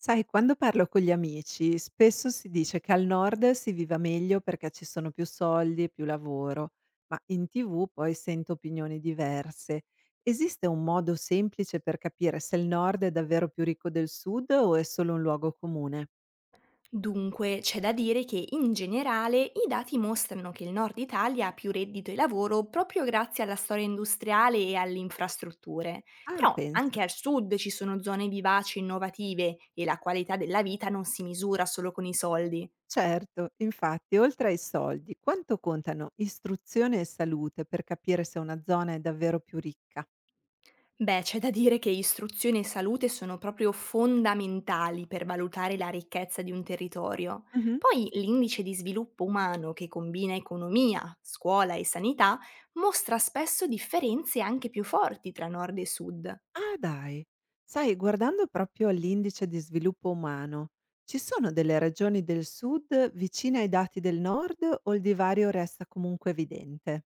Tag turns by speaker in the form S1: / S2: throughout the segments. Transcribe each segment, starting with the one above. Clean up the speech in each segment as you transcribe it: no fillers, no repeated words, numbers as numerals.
S1: Sai, quando parlo con gli amici, spesso si dice che al nord si viva meglio perché ci sono più soldi e più lavoro, ma in TV poi sento opinioni diverse. Esiste un modo semplice per capire se il nord è davvero più ricco del sud o è solo un luogo comune?
S2: Dunque, c'è da dire che in generale i dati mostrano che il nord Italia ha più reddito e lavoro proprio grazie alla storia industriale e alle infrastrutture.
S1: Ah,
S2: Però
S1: pensa.
S2: anche al sud ci sono zone vivaci e innovative e la qualità della vita non si misura solo con i soldi.
S1: Certo, infatti, oltre ai soldi, quanto contano istruzione e salute per capire se una zona è davvero più ricca?
S2: Beh, c'è da dire che istruzione e salute sono proprio fondamentali per valutare la ricchezza di un territorio. Poi l'indice di sviluppo umano che combina economia, scuola e sanità mostra spesso differenze anche più forti tra nord e sud.
S1: Ah dai, sai, guardando proprio all'Indice di sviluppo umano, ci sono delle regioni del sud vicine ai dati del nord o il divario resta comunque evidente?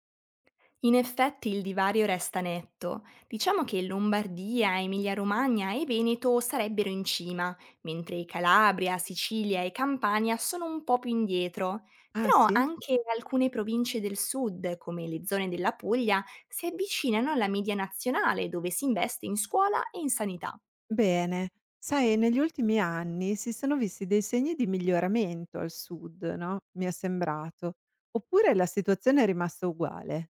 S2: In effetti il divario resta netto. Diciamo che Lombardia, Emilia-Romagna e Veneto sarebbero in cima, mentre Calabria, Sicilia e Campania sono un po' più indietro.
S1: Ah
S2: Però
S1: sì?
S2: anche alcune province del sud, come le zone della Puglia, si avvicinano alla media nazionale dove si investe in scuola e in sanità.
S1: Bene, sai, negli ultimi anni si sono visti dei segni di miglioramento al sud, no, mi è sembrato. Oppure la situazione è rimasta uguale?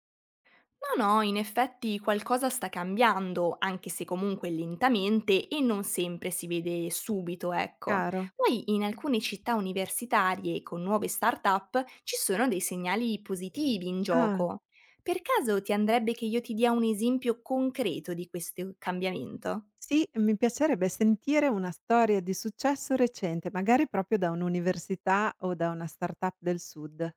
S2: No, no, in effetti qualcosa sta cambiando, anche se comunque lentamente e non sempre si vede subito, ecco.
S1: Chiaro?
S2: Poi in alcune città universitarie con nuove start-up ci sono dei segnali positivi in
S1: Ah.
S2: gioco. Per caso ti andrebbe che io ti dia un esempio concreto di questo cambiamento?
S1: Sì, mi piacerebbe sentire una storia di successo recente, magari proprio da un'università o da una startup del sud.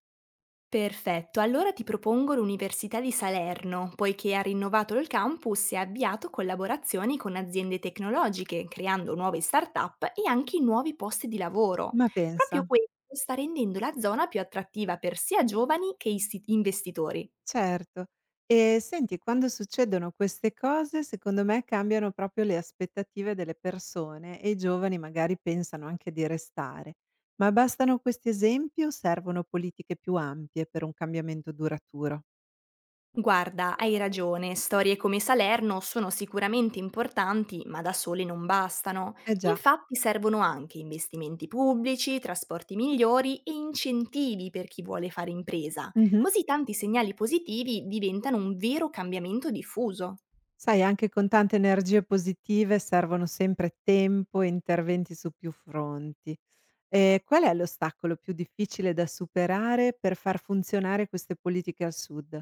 S2: Perfetto, allora ti propongo l'Università di Salerno, poiché ha rinnovato il campus e ha avviato collaborazioni con aziende tecnologiche, creando nuove start-up e anche nuovi posti di lavoro.
S1: Ma
S2: Proprio
S1: pensa,
S2: questo sta rendendo la zona più attrattiva per sia giovani che investitori.
S1: certo. E senti, quando succedono queste cose, secondo me cambiano proprio le aspettative delle persone e i giovani magari pensano anche di restare. Ma bastano questi esempi o servono politiche più ampie per un cambiamento duraturo?
S2: Guarda, hai ragione, storie come Salerno sono sicuramente importanti, ma da sole non bastano.
S1: Eh
S2: Infatti servono anche investimenti pubblici, trasporti migliori e incentivi per chi vuole fare impresa.
S1: già.
S2: Così tanti segnali positivi diventano un vero cambiamento diffuso.
S1: Sai, anche con tante energie positive servono sempre tempo e interventi su più fronti. Qual è l'ostacolo più difficile da superare per far funzionare queste politiche al sud?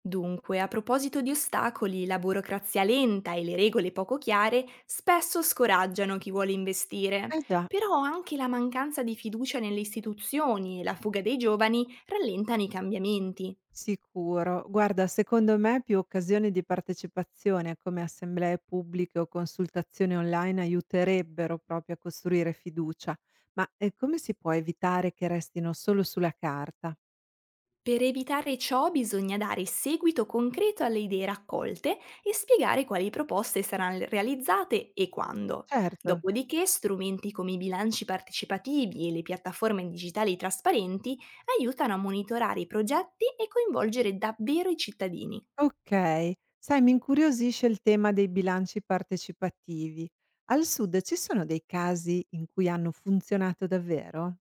S2: Dunque, a proposito di ostacoli, la burocrazia lenta e le regole poco chiare spesso scoraggiano chi vuole investire,
S1: Eh già.
S2: però anche la mancanza di fiducia nelle istituzioni e la fuga dei giovani rallentano i cambiamenti.
S1: Sicuro. Guarda, secondo me più occasioni di partecipazione come assemblee pubbliche o consultazioni online aiuterebbero proprio a costruire fiducia. Ma, come si può evitare che restino solo sulla carta?
S2: Per evitare ciò bisogna dare seguito concreto alle idee raccolte e spiegare quali proposte saranno realizzate e quando.
S1: Certo.
S2: Dopodiché strumenti come i bilanci partecipativi e le piattaforme digitali trasparenti aiutano a monitorare i progetti e coinvolgere davvero i cittadini.
S1: Okay. Sai, mi incuriosisce il tema dei bilanci partecipativi. Al sud ci sono dei casi in cui hanno funzionato davvero?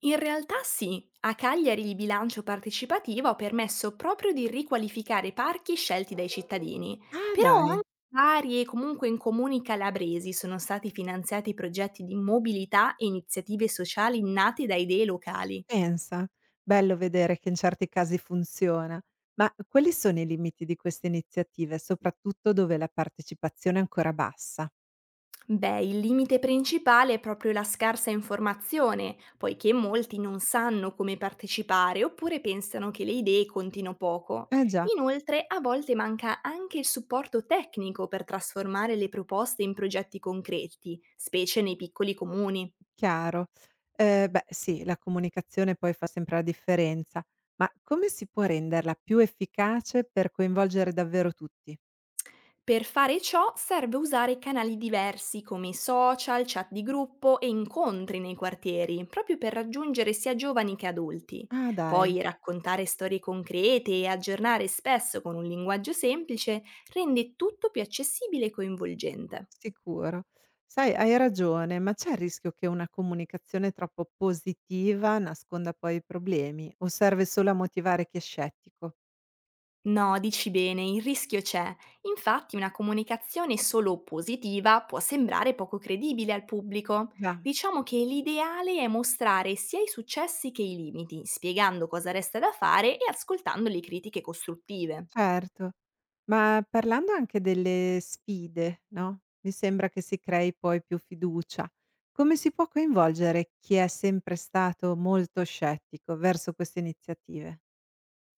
S2: In realtà sì, a Cagliari il bilancio partecipativo ha permesso proprio di riqualificare parchi scelti dai cittadini,
S1: Ah
S2: però
S1: dai,
S2: anche vari e comunque in comuni calabresi sono stati finanziati progetti di mobilità e iniziative sociali nate da idee locali.
S1: pensa. Bello vedere che in certi casi funziona. Ma quali sono i limiti di queste iniziative, soprattutto dove la partecipazione è ancora bassa?
S2: Beh, il limite principale è proprio la scarsa informazione, poiché molti non sanno come partecipare oppure pensano che le idee contino poco.
S1: Eh già,
S2: Inoltre, a volte manca anche il supporto tecnico per trasformare le proposte in progetti concreti, specie nei piccoli comuni.
S1: chiaro. Beh sì, la comunicazione poi fa sempre la differenza, ma come si può renderla più efficace per coinvolgere davvero tutti?
S2: Per fare ciò serve usare canali diversi come i social, chat di gruppo e incontri nei quartieri, proprio per raggiungere sia giovani che adulti.
S1: Ah dai.
S2: Poi raccontare storie concrete e aggiornare spesso con un linguaggio semplice rende tutto più accessibile e coinvolgente.
S1: Sicuro. Sai, hai ragione, ma c'è il rischio che una comunicazione troppo positiva nasconda poi i problemi o serve solo a motivare chi è scettico?
S2: No, dici bene, il rischio c'è. Infatti una comunicazione solo positiva può sembrare poco credibile al pubblico.
S1: Già.
S2: Diciamo che l'ideale è mostrare sia i successi che i limiti, spiegando cosa resta da fare e ascoltando le critiche costruttive.
S1: Certo, ma parlando anche delle sfide, no? Mi sembra che si crei poi più fiducia. Come si può coinvolgere chi è sempre stato molto scettico verso queste iniziative?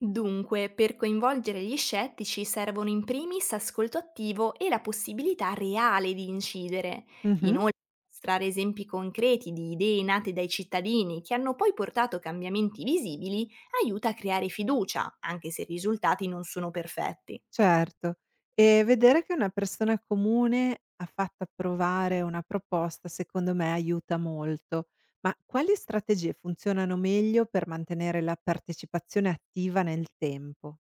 S2: Dunque, per coinvolgere gli scettici servono in primis ascolto attivo e la possibilità reale di incidere. Inoltre, mostrare esempi concreti di idee nate dai cittadini che hanno poi portato cambiamenti visibili aiuta a creare fiducia, anche se i risultati non sono perfetti.
S1: Certo. E vedere che una persona comune ha fatto approvare una proposta, secondo me aiuta molto. Ma quali strategie funzionano meglio per mantenere la partecipazione attiva nel tempo?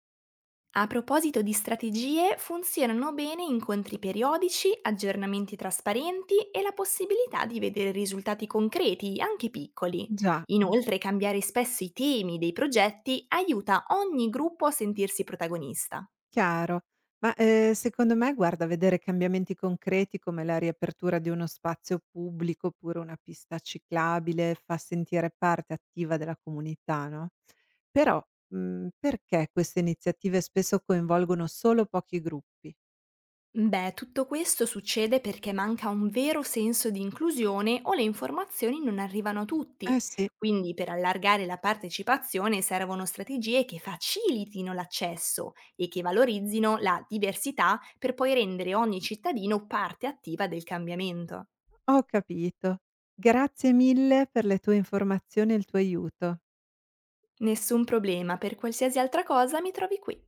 S2: A proposito di strategie, funzionano bene incontri periodici, aggiornamenti trasparenti e la possibilità di vedere risultati concreti, anche piccoli.
S1: Già.
S2: Inoltre, cambiare spesso i temi dei progetti aiuta ogni gruppo a sentirsi protagonista.
S1: Chiaro. Ma, secondo me, guarda, vedere cambiamenti concreti come la riapertura di uno spazio pubblico, oppure una pista ciclabile, fa sentire parte attiva della comunità, no, però, perché queste iniziative spesso coinvolgono solo pochi gruppi?
S2: Beh, tutto questo succede perché manca un vero senso di inclusione o le informazioni non arrivano a
S1: Eh
S2: tutti.
S1: sì,
S2: Quindi per allargare la partecipazione servono strategie che facilitino l'accesso e che valorizzino la diversità per poi rendere ogni cittadino parte attiva del cambiamento.
S1: ho capito. Grazie mille per le tue informazioni e il tuo aiuto.
S2: Nessun problema, per qualsiasi altra cosa mi trovi qui.